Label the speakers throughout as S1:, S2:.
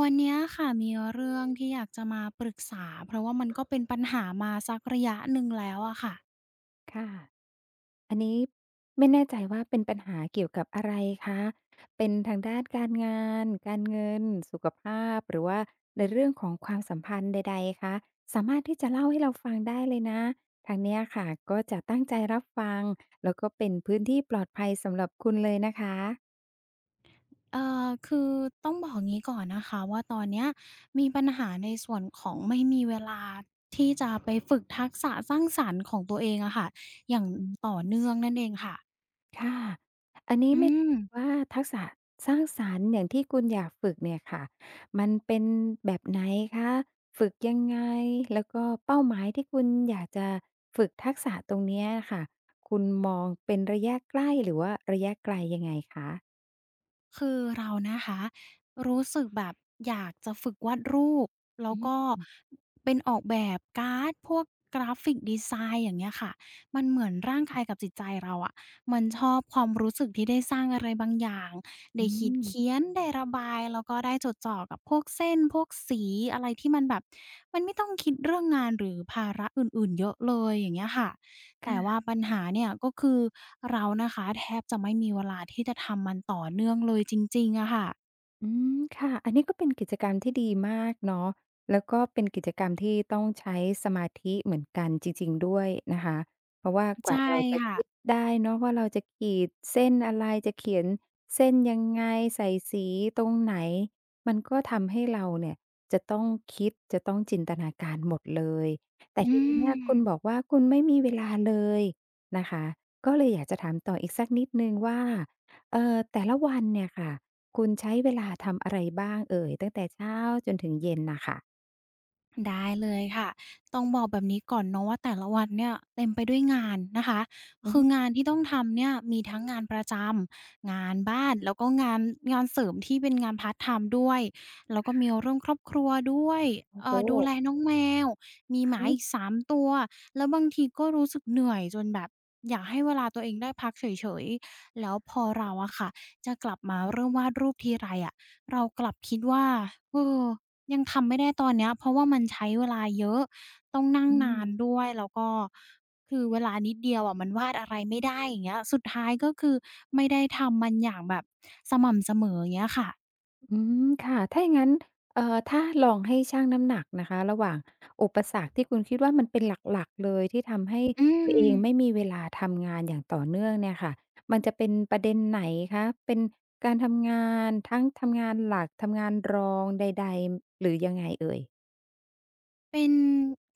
S1: วันเนี้ยค่ะมีเรื่องที่อยากจะมาปรึกษาเพราะว่ามันก็เป็นปัญหามาสักระยะหนึ่งแล้วอะค่ะ
S2: ค่ะ อันนี้ไม่แน่ใจว่าเป็นปัญหาเกี่ยวกับอะไรคะเป็นทางด้านการงาน การเงิน สุขภาพ หรือว่าในเรื่องของความสัมพันธ์ใดๆคะสามารถที่จะเล่าให้เราฟังได้เลยนะ ทางเนี้ยค่ะก็จะตั้งใจรับฟัง แล้วก็เป็นพื้นที่ปลอดภัยสำหรับคุณเลยนะคะ
S1: คือต้องบอกงี้ก่อนนะคะว่าตอนเนี้ยมีปัญหาในส่วนของไม่มีเวลาที่จะไปฝึกทักษะสร้างสรรค์ของตัวเองอะค่ะอย่างต่อเนื่องนั่นเองค่ะ
S2: ค่ะ อันนี้
S1: อื
S2: ไม่
S1: ม
S2: ว่าทักษะสร้างสรรค์อย่างที่คุณอยากฝึกเนี่ยค่ะมันเป็นแบบไหนคะ ฝึกยังไง แล้วก็เป้าหมายที่คุณอยากจะฝึกทักษะตรงเนี้ยอะค่ะ คุณมองเป็นระยะใกล้หรือว่าระยะไกลยังไงคะ
S1: คือเรานะคะรู้สึกแบบอยากจะฝึกวาดรูปแล้
S2: อื
S1: วก็
S2: ม
S1: เป็นออกแบบการ์ดพวกกราฟิกดีไซน์อย่างเงี้ยค่ะมันเหมือนร่างกายกับจิตใจเราอะมันชอบความรู้สึกที่ได้สร้างอะไรบางอย่าง
S2: อื
S1: ได้ขีด
S2: ม
S1: เขียนได้ระบายแล้วก็ได้จดจ่อกับพวกเส้นพวกสีอะไรที่มันแบบมันไม่ต้องคิดเรื่องงานหรือภาระอื่นๆเยอะเลยอย่างเงี้ยค่ะ แต่
S2: ค่ะ
S1: ว่าปัญหาเนี่ยก็คือเรานะคะแทบจะไม่มีเวลาที่จะทำมันต่อเนื่องเลยจริงๆอะค่ะ
S2: อืมค่ะอันนี้ก็เป็นกิจกรรมที่ดีมากเนาะแล้วก็เป็นกิจกรรมที่ต้องใช้สมาธิเหมือนกันจริงๆด้วยนะคะเพราะว่ากว่า
S1: ใช่
S2: เราจะ
S1: ค่ะ
S2: คิดได้เนาะว่าเราจะขีดเส้นอะไรจะเขียนเส้นยังไงใส่สีตรงไหนมันก็ทำให้เราเนี่ยจะต้องคิดจะต้องจินตนาการหมดเลยแต่
S1: อื
S2: ทีเนี้ย
S1: ม
S2: คุณบอกว่าคุณไม่มีเวลาเลยนะคะก็เลยอยากจะถามต่ออีกสักนิดหนึ่งว่าเอ่อแต่ละวันเนี่ยค่ะ คุณใช้เวลาทำอะไรบ้างเอ่ยตั้งแต่เช้าจนถึงเย็นน่ะค่ะ
S1: ได้เลยค่ะต้องบอกแบบนี้ก่อนเนาะว่าแต่ละวันเนี่ยเต็มไปด้วยงานนะคะ
S2: อือ
S1: คื
S2: ฮึ
S1: องานที่ต้องทำเนี่ยมีทั้งงานประจำงานบ้านแล้วก็งานเสริมที่เป็นงานพาร์ทไทม์ด้วยแล้วก็มีเรื่องครอบครัวด้วย
S2: โอ้โฮ
S1: ดูแลน้องแมวมี
S2: อะ
S1: หมาอีก
S2: ฮะ
S1: 3 ตัวแล้วบางทีก็รู้สึกเหนื่อยจนแบบอยากให้เวลาตัวเองได้พักเฉยๆแล้วพอเราอะค่ะจะกลับมาเริ่มวาดรูปทีไรอะเรากลับคิดว่าเออ ยังทำไม่ได้ตอนเนี้ยเพราะว่ามันใช้เวลาเยอะต้องนั่ง
S2: อื
S1: นาน
S2: ม
S1: ด้วยแล้วก็คือเวลานิดเดียวอะมันวาดอะไรไม่ได้อย่างเงี้ยสุดท้ายก็คือไม่ได้ทำมันอย่างแบบสม่ำเสมออย่างเงี้ยค่ะ
S2: อืมค่ะถ้าอย่างงั้นเอ่อถ้าลองให้ชั่งน้ำหนักนะคะระหว่างอุปสรรคที่คุณคิดว่ามันเป็นหลักๆเลยที่ทำให้
S1: อื
S2: ตัวเองไม่
S1: ม
S2: มีเวลาทำงานอย่างต่อเนื่องเนี่ยค่ะมันจะเป็นประเด็นไหนคะเป็นการทำงานทั้งทำงานหลักทำงานรองใดๆหรือยังไงเอ่ย
S1: เป็น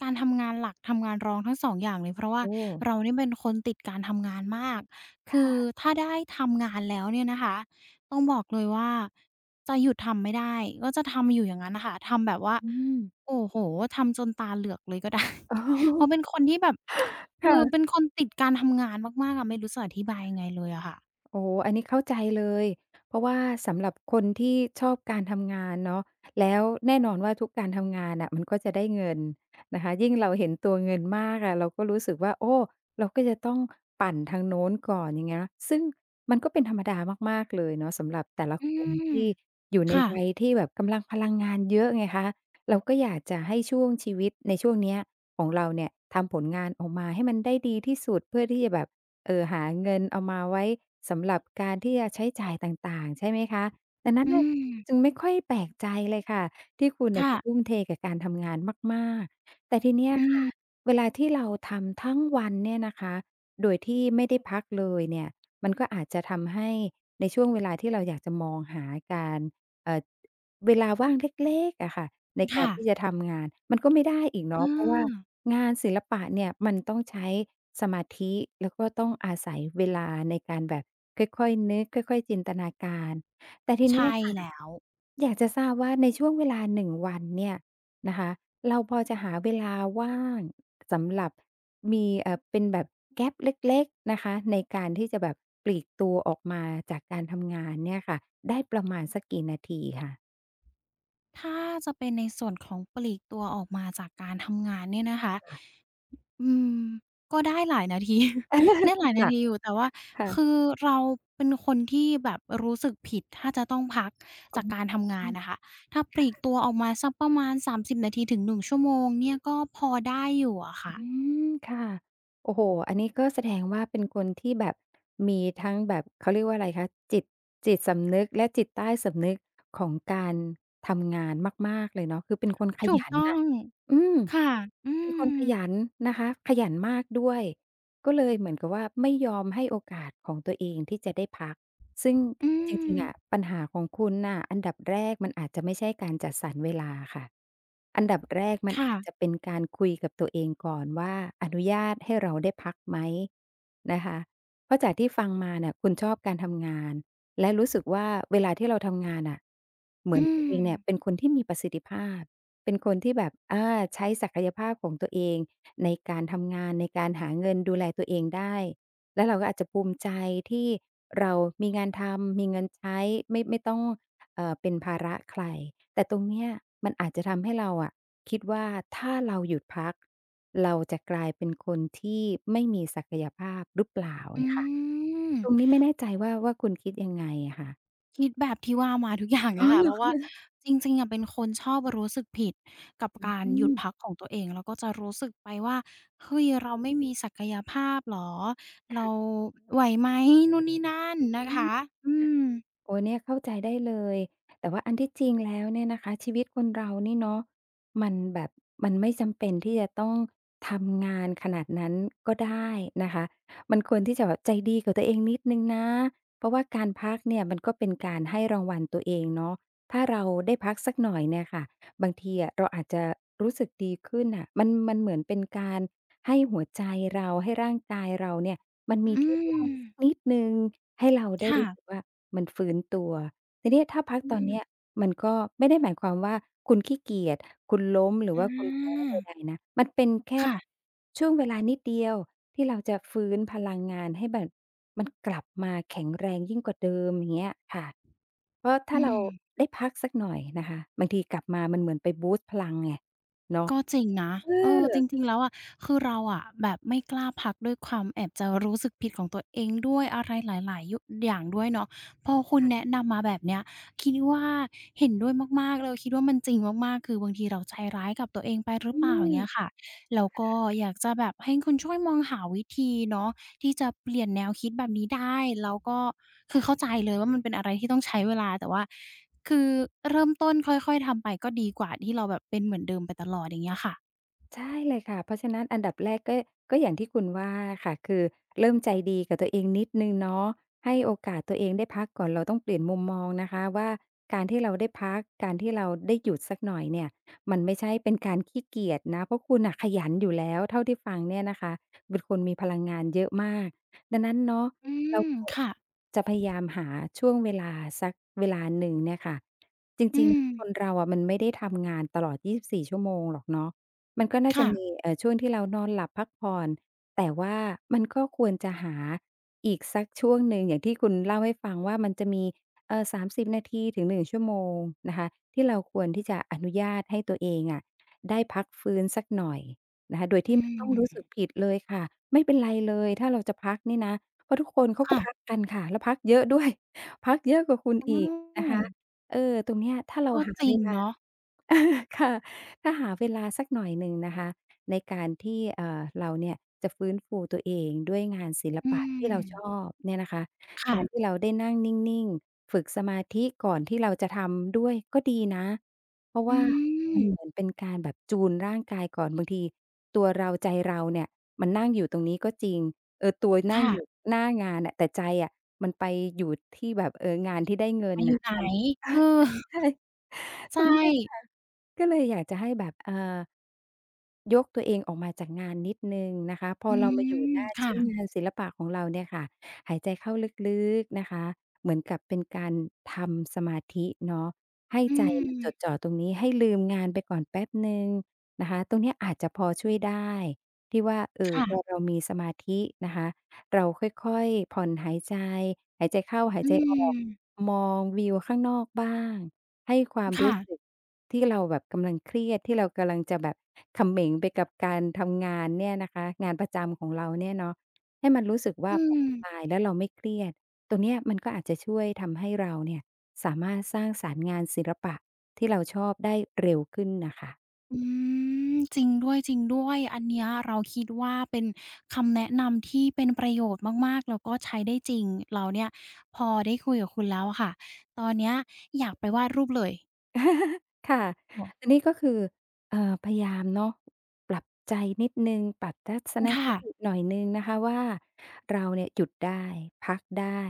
S1: การทำงานหลักทำงานรองทั้ง2องอย่างเลยเพราะว่า
S2: โอ้
S1: เราเนี่ยเป็นคนติดการทำงานมากคือ
S2: ค่ะ
S1: ถ้าได้ทำงานแล้วเนี่ยนะคะต้องบอกเลยว่าจะหยุดทำไม่ได้ก็จะทำอยู่อย่างนั้นน่ะค่ะทำแบบว่า
S2: อืม
S1: โอ้โฮทำจนตาเหลือกเลยก็ได้
S2: อ๋
S1: เพราะเป็น
S2: อ
S1: คนที่แบบคือเป็น
S2: ค่ะ
S1: คนติดการทำงานมากๆอะไม่รู้จะอธิบายยังไงเลยอะค่ะ
S2: โอ้โฮอันนี้เข้าใจเลยเพราะว่าสำหรับคนที่ชอบการทำงานเนาะแล้วแน่นอนว่าทุกการทำงานน่ะมันก็จะได้เงินนะคะยิ่งเราเห็นตัวเงินมากอะเราก็รู้สึกว่าโอ้เราก็จะต้องปั่นทางโน้นก่อนอย่างเงี้ยซึ่งมันก็เป็นธรรมดามากๆเลยเนาะสำหรับแต่ละ
S1: อื
S2: คน
S1: ม
S2: ที่อยู่ใน
S1: ค่ะ
S2: วัยที่แบบกำลังพลังงานเยอะไงคะเราก็อยากจะให้ช่วงชีวิตในช่วงเนี้ยของเราเนี่ยทำผลงานออกมาให้มันได้ดีที่สุดเพื่อที่จะแบบ หาเงินเอามาไว้สำหรับการที่จะใช้จ่ายต่างๆใช่ไหมคะดังนั้น
S1: อื
S2: น่ะจึง
S1: ม
S2: ไม่ค่อยแปลกใจเลยค่ะที่คุณน่ะ
S1: ค่ะ
S2: จะทุ่มเทกับการทำงานมากๆ แต่ทีเนี้ย
S1: อืม
S2: ค่ะเวลาที่เราทำทั้งวันเนี่ยนะคะโดยที่ไม่ได้พักเลยเนี่ยมันก็อาจจะทำให้ในช่วงเวลาที่เราอยากจะมองหาการเอ่อเวลาว่างเล็กๆอะค่ะในการ
S1: ค่ะ
S2: ที่จะทำงานมันก็ไม่ได้อีก
S1: เอ
S2: เนาะเพราะว่า
S1: อ
S2: งานศิลปะเนี่ยมันต้องใช้สมาธิแล้วก็ต้องอาศัยเวลาในการแบบค่อยๆนึกค่อยๆจินตนาการแต่ทีเนี้ย
S1: ใช่
S2: ค่ะ
S1: แล้ว
S2: อยากจะทราบว่าในช่วงเวลา1วันเนี่ยนะคะเราพอจะหาเวลาว่างสำหรับมีเป็นแบบ gap เล็กๆนะคะในการที่จะแบบปลีกตัวออกมาจากการทำงานเนี่ยค่ะได้ประมาณสักกี่นาทีคะ
S1: ถ้าจะเป็นในส่วนของปลีกตัวออกมาจากการทำงานเนี่ยนะคะ
S2: ค่ะ
S1: อืมก็ได้หลายนาที ได้ห
S2: คิ
S1: ลา
S2: ด
S1: ย
S2: ห
S1: นา
S2: นัก
S1: ทีอยู่แต่ว่าคือ
S2: ค่ะ
S1: เราเป็นคนที่แบบรู้สึกผิดถ้าจะต้องพัก
S2: อ๋อ
S1: จากการทำงา
S2: อื
S1: น
S2: ม
S1: นะคะถ้าปลีก
S2: ค่ะ
S1: ตัวออกมาสักประมาณ30นาทีถึง1ชั่วโมงเนี่ยก็พอได้อยู่อะ
S2: อื
S1: ค่ะ
S2: มค่ะโอ้โฮอันนี้ก็แสดงว่าเป็นคนที่แบบมีทั้งแบบเขาเรียกว่าอะไรคะจิตจิตสำนึกและจิตใต้สำนึกของการทำงานมากๆเลยเนาะคือเป็นคนข
S1: ถูก
S2: ยัน
S1: ต้อ
S2: น่ะ
S1: ง
S2: อืม
S1: ค่ะอื
S2: เป็นคนข
S1: ม
S2: ยันนะคะขยันมากด้วยก็เลยเหมือนกับว่าไม่ยอมให้โอกาสของตัวเองที่จะได้พัก ซึ่ง
S1: อื
S2: จริ
S1: ม
S2: งๆอะปัญหาของคุณน่ะอันดับแรกมันอาจจะไม่ใช่การจัดสรรเวลาค่ะอันดับแรกมัน
S1: ค่ะ
S2: อาจจะเป็นการคุยกับตัวเองก่อนว่าอนุญาตให้เราได้พักไหมนะคะเพราะจากที่ฟังมาเนี่ยคุณชอบการทำงานและรู้สึกว่าเวลาที่เราทำงานน่ะเหมื
S1: อื
S2: อนตัวเอ
S1: ม
S2: งเนี่ยเป็นคนที่มีประสิทธิภาพเป็นคนที่แบบอาใช้ศักยภาพของตัวเองในการทำงานในการหาเงินดูแลตัวเองได้ แล้วเราก็อาจจะภูมิใจที่เรามีงานทำมีเงินใช้ไม่ต้องเป็นภาระใครแต่ตรงเนี้ยมันอาจจะทำให้เราอะคิดว่าถ้าเราหยุดพักเราจะกลายเป็นคนที่ไม่มีศักยภาพหรือเปล่า
S1: อื
S2: งี้ค่ะ
S1: ม
S2: ตรงนี้ไม่แน่ใจว่าคุณคิดยังไงอะค่ะ
S1: คิดแบบที่ว่ามาทุกอย่างเลยค่ะ เพราะว่าจริงๆอะเป็นคนชอบรู้สึกผิดกับการหยุด
S2: อื
S1: พักของตัวเองแล้วก็จะรู้สึกไปว่าเฮ้ยเราไม่มีศักยภาพเหรอเราไหวไหมนู่นนี่นั่นนะคะ
S2: ม
S1: อืม
S2: โอ้ยเนี่ยเข้าใจได้เลยแต่ว่าอันที่จริงแล้วเนี่ยนะคะชีวิตคนเรานี่เนาะมันแบบมันไม่จำเป็นที่จะต้องทำงานขนาดนั้นก็ได้นะคะมันควรที่จะแบบใจดีกับตัวเองนิดนึงนะเพราะว่าการพักเนี่ยมันก็เป็นการให้รางวัลตัวเองเนาะถ้าเราได้พักสักหน่อยเนี่ยค่ะบางทีอะเราอาจจะรู้สึกดีขึ้นอ่ะมันเหมือนเป็นการให้หัวใจเราให้ร่างกายเราเนี่ย มันมี
S1: อื
S2: ที่ว่า
S1: ม
S2: งสักนิดหนึ่งให้เราได้รู้สึก
S1: ค่ะ
S2: ว่ามันฟื้นตัวทีนี้ถ้าพัก
S1: อื
S2: ตอน
S1: ม
S2: เนี้ยมันก็ไม่ได้หมายความว่าคุณขี้เกียจคุณล้มหรือ
S1: อา
S2: ว่าคุณแพ้ใดๆนะมันเป็นแค่
S1: ค่ะ
S2: ช่วงเวลานิดเดียวที่เราจะฟื้นพลังงานให้แบบมันกลับมาแข็งแรงยิ่งกว่าเดิมอย่างเงี้ยค่ะเพราะ
S1: อื
S2: ถ้าเรา
S1: ม
S2: ได้พักสักหน่อยนะคะบางทีกลับมามันเหมือนไปบูสต์พลังไงเนาะ
S1: ก็จริงนะ
S2: เอ
S1: เออ
S2: อ
S1: จริงๆแล้วอะคือเราอะแบบไม่กล้าพักด้วยความแอบจะรู้สึกผิดของตัวเองด้วยอะไรหลายๆยุอย่างด้วยเนาะพอคุณแนะนำมาแบบเนี้ยคิดว่าเห็นด้วยมากๆเลยคิดว่ามันจริงมากๆคือบางทีเราใจร้ายกับตัวเองไปหรือ
S2: อื
S1: เปล่าอ
S2: ม
S1: ย่างเงี้ยค่ะแล้วก็อยากจะแบบให้คุณช่วยมองหาวิธีเนาะ ที่จะเปลี่ยนแนวคิดแบบนี้ได้แล้วก็คือเข้าใจเลยว่ามันเป็นอะไรที่ต้องใช้เวลาแต่ว่าคือเริ่มต้นค่อยๆทำไปก็ดีกว่าที่เราแบบเป็นเหมือนเดิมไปตลอดอย่างเงี้ยค่ะ
S2: ใช่เลยค่ะเพราะฉะนั้นอันดับแรกก็อย่างที่คุณว่าค่ะคือเริ่มใจดีกับตัวเองนิดหนึ่งเนาะให้โอกาสตัวเองได้พักก่อนเราต้องเปลี่ยนมุมมองนะคะว่าการที่เราได้พักการที่เราได้หยุดสักหน่อยเนี่ยมันไม่ใช่เป็นการขี้เกียจนะเพราะคุณน่ะขยันอยู่แล้วเท่าที่ฟังเนี่ยนะคะเป็นคนมีพลังงานเยอะมากดังนั้นเนาะ
S1: อื
S2: เรา
S1: ม
S2: ก็
S1: ค่ะ
S2: จะพยายามหาช่วงเวลาสักเวลาหนึ่งเนี่ยค่ะจ
S1: อื
S2: ริง
S1: ม
S2: ๆคนเราอะมันไม่ได้ทำงานตลอด24ชั่วโมงหรอกเนาะ มันก็น่าจะมี
S1: ค่ะ
S2: ช่วงที่เรานอนหลับพักผ่อนแต่ว่ามันก็ควรจะหาอีกสักช่วงหนึ่งอย่างที่คุณเล่าให้ฟังว่ามันจะมีเอ่อ30นาทีถึง1ชั่วโมงนะคะที่เราควรที่จะอนุญาตให้ตัวเองอะได้พักฟื้นสักหน่อยนะคะโดย
S1: อื
S2: ที่ไม่ต้องรู้
S1: ม
S2: สึกผิดเลยค่ะไม่เป็นไรเลยถ้าเราจะพักนี่นะเพราะทุกคนเขาก็
S1: ค่ะ
S2: พักกันค่ะแล้วพักเยอะด้วย พักเยอะกว่าคุณ
S1: โอ
S2: อีกนะ
S1: ้
S2: คะเออตรงเนี้ยถ้าเรา
S1: ก็
S2: หา
S1: จริ
S2: เว
S1: ง
S2: ลา
S1: เนาะ
S2: ค่ะถ้าหาเวลาสักหน่อยหนึ่งนะคะในการที่เราเนี่ยจะฟื้นฟูตัวเองด้วยงานศิล
S1: อื
S2: ปะที่เรา
S1: ม
S2: ชอบเนี่ยนะคะ
S1: ค่ะ
S2: การที่เราได้นั่งนิ่งๆฝึกสมาธิก่อนที่เราจะทำด้วยก็ดีนะเพราะ
S1: อื
S2: ว่า
S1: ม
S2: มันเหมือนเป็นการแบบจูนร่างกายก่อนบางทีตัวเราใจเราเนี่ยมันนั่งอยู่ตรงนี้ก็จริงเออตัวนั่งอยู่
S1: ค่ะ
S2: หน้างานน่ะแต่ใจอะมันไปอยู่ที่แบบเอองานที่ได้เงิน
S1: มาอ
S2: น่ะ
S1: ยู่ไหน
S2: ทำ
S1: เออ
S2: ใช่ใช่ต
S1: ใช่
S2: รงเนี้ยค่ะ ก็เลยอยากจะให้แบบยกตัวเองออกมาจากงานนิดหนึ่งนะคะพออ
S1: อื
S2: เรามมาอยู่
S1: ม
S2: หน้า
S1: ค่ะ
S2: ชิ้นงานศิลปะของเราเนี่ยค่ะหายใจเข้าลึกๆนะคะเหมือนกับเป็นการทำสมาธิเนาะให้
S1: อื
S2: ใจอืมมัน
S1: ม
S2: จดจ่อตรงนี้ให้ลืมงานไปก่อนแป๊บหนึ่งนะคะตรงเนี้ยอาจจะพอช่วยได้ที่ว่าพอ
S1: ค่ะ
S2: เรามีสมาธินะคะเราค่อยๆผ่อนหายใจหายใจเข้าหาย
S1: อื
S2: ใจออก
S1: ม
S2: มองวิวข้างนอกบ้างให้ความรู้สึก
S1: ค่ะ
S2: ที่เราแบบกำลังเครียดที่เรากำลังจะแบบเขม็งไปกับการทำงานเนี่ยนะคะงานประจำของเราเนี่ยเนาะให้มันรู้สึกว่า
S1: อื
S2: ผ่อ
S1: ม
S2: นคลายแล้วเราไม่เครียดตรงเนี้ยมันก็อาจจะช่วยทำให้เราเนี่ยสามารถสร้างสรรค์งานศิลปะที่เราชอบได้เร็วขึ้นน่ะค่ะ
S1: อืมจริงด้วยจริงด้วยอันเนี้ยเราคิดว่าเป็นคำแนะนำที่เป็นประโยชน์มากๆแล้วก็ใช้ได้จริงเราเนี่ยพอได้คุยกับคุณแล้วอะค่ะตอนเนี้ยอยากไปวาดรูปเลย
S2: ค่ะอัน
S1: ค่ะ
S2: นี้ก็คือพยายามเนาะปรับใจนิดนึงปรับทัศนค
S1: ค่ะ
S2: ติหน่อยนึงนะคะว่าเราเนี่ยหยุดได้พักได้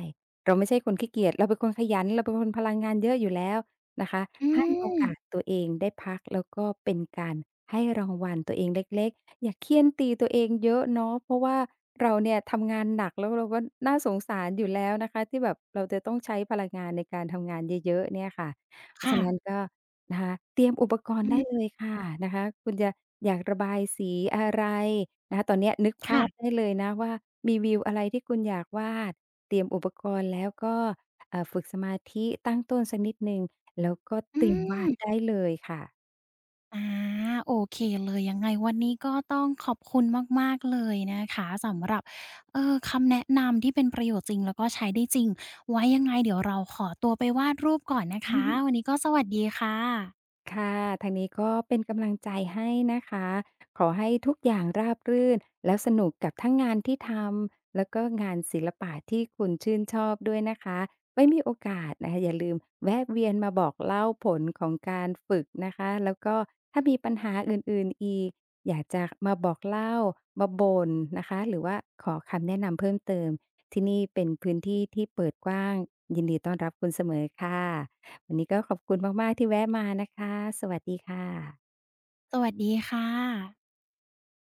S2: เราไม่ใช่คนขี้เกียจเราเป็นคนขยันเราเป็นคนพลังงานเยอะอยู่แล้วนะคะ
S1: อื
S2: ให้โอ
S1: ม
S2: กาสตัวเองได้พักแล้วก็เป็นการให้รางวัลตัวเองเล็กๆอย่าเคี่ยนตีตัวเองเยอะเนาะเพราะว่าเราเนี่ยทำงานหนักแล้วเราก็น่าสงสารอยู่แล้วนะคะที่แบบเราจะต้องใช้พลังงานในการทำงานเยอะๆเนี่ยค่ะ เพราะ
S1: ค่ะ
S2: ฉะนั้นก็นะคะเตรียมอุปกรณ์
S1: อื
S2: ได้
S1: ม
S2: เลยค่ะนะคะคุณจะอยากระบายสีอะไรนะคะตอนเนี้ยนึกภาพ
S1: ค่ะ
S2: ได้เลยนะว่ามีวิวอะไรที่คุณอยากวาดเตรียมอุปกรณ์แล้วก็ฝึกสมาธิตั้งต้นสักนิดหนึ่งแล้วก็
S1: อื
S2: เตรียม
S1: ม
S2: วาดได้เลยค่ะ
S1: อาโอเคเลยยังไงวันนี้ก็ต้องขอบคุณมากๆเลยนะคะสำหรับคำแนะนำที่เป็นประโยชน์จริงแล้วก็ใช้ได้จริงไว้ยังไงเดี๋ยวเราขอตัวไปวาดรูปก่อนนะคะวันนี้ก็สวัสดีค่ะ
S2: ค่ะทางนี้ก็เป็นกำลังใจให้นะคะขอให้ทุกอย่างราบรื่นแล้วสนุกกับทั้งงานที่ทำแล้วก็งานศิลปะที่คุณชื่นชอบด้วยนะคะไว้มีโอกาสนะคะอย่าลืมแวะเวียนมาบอกเล่าผลของการฝึกนะคะแล้วก็ถ้ามีปัญหาอื่นๆอีกอยากจะมาบอกเล่ามาบ่นนะคะหรือว่าขอคำแนะนำเพิ่มเติมที่นี่เป็นพื้นที่ที่เปิดกว้างยินดีต้อนรับคุณเสมอค่ะ วันนี้ก็ขอบคุณมากๆที่แวะมานะคะ สวัสดีค่ะ
S1: สวัสดีค่ะ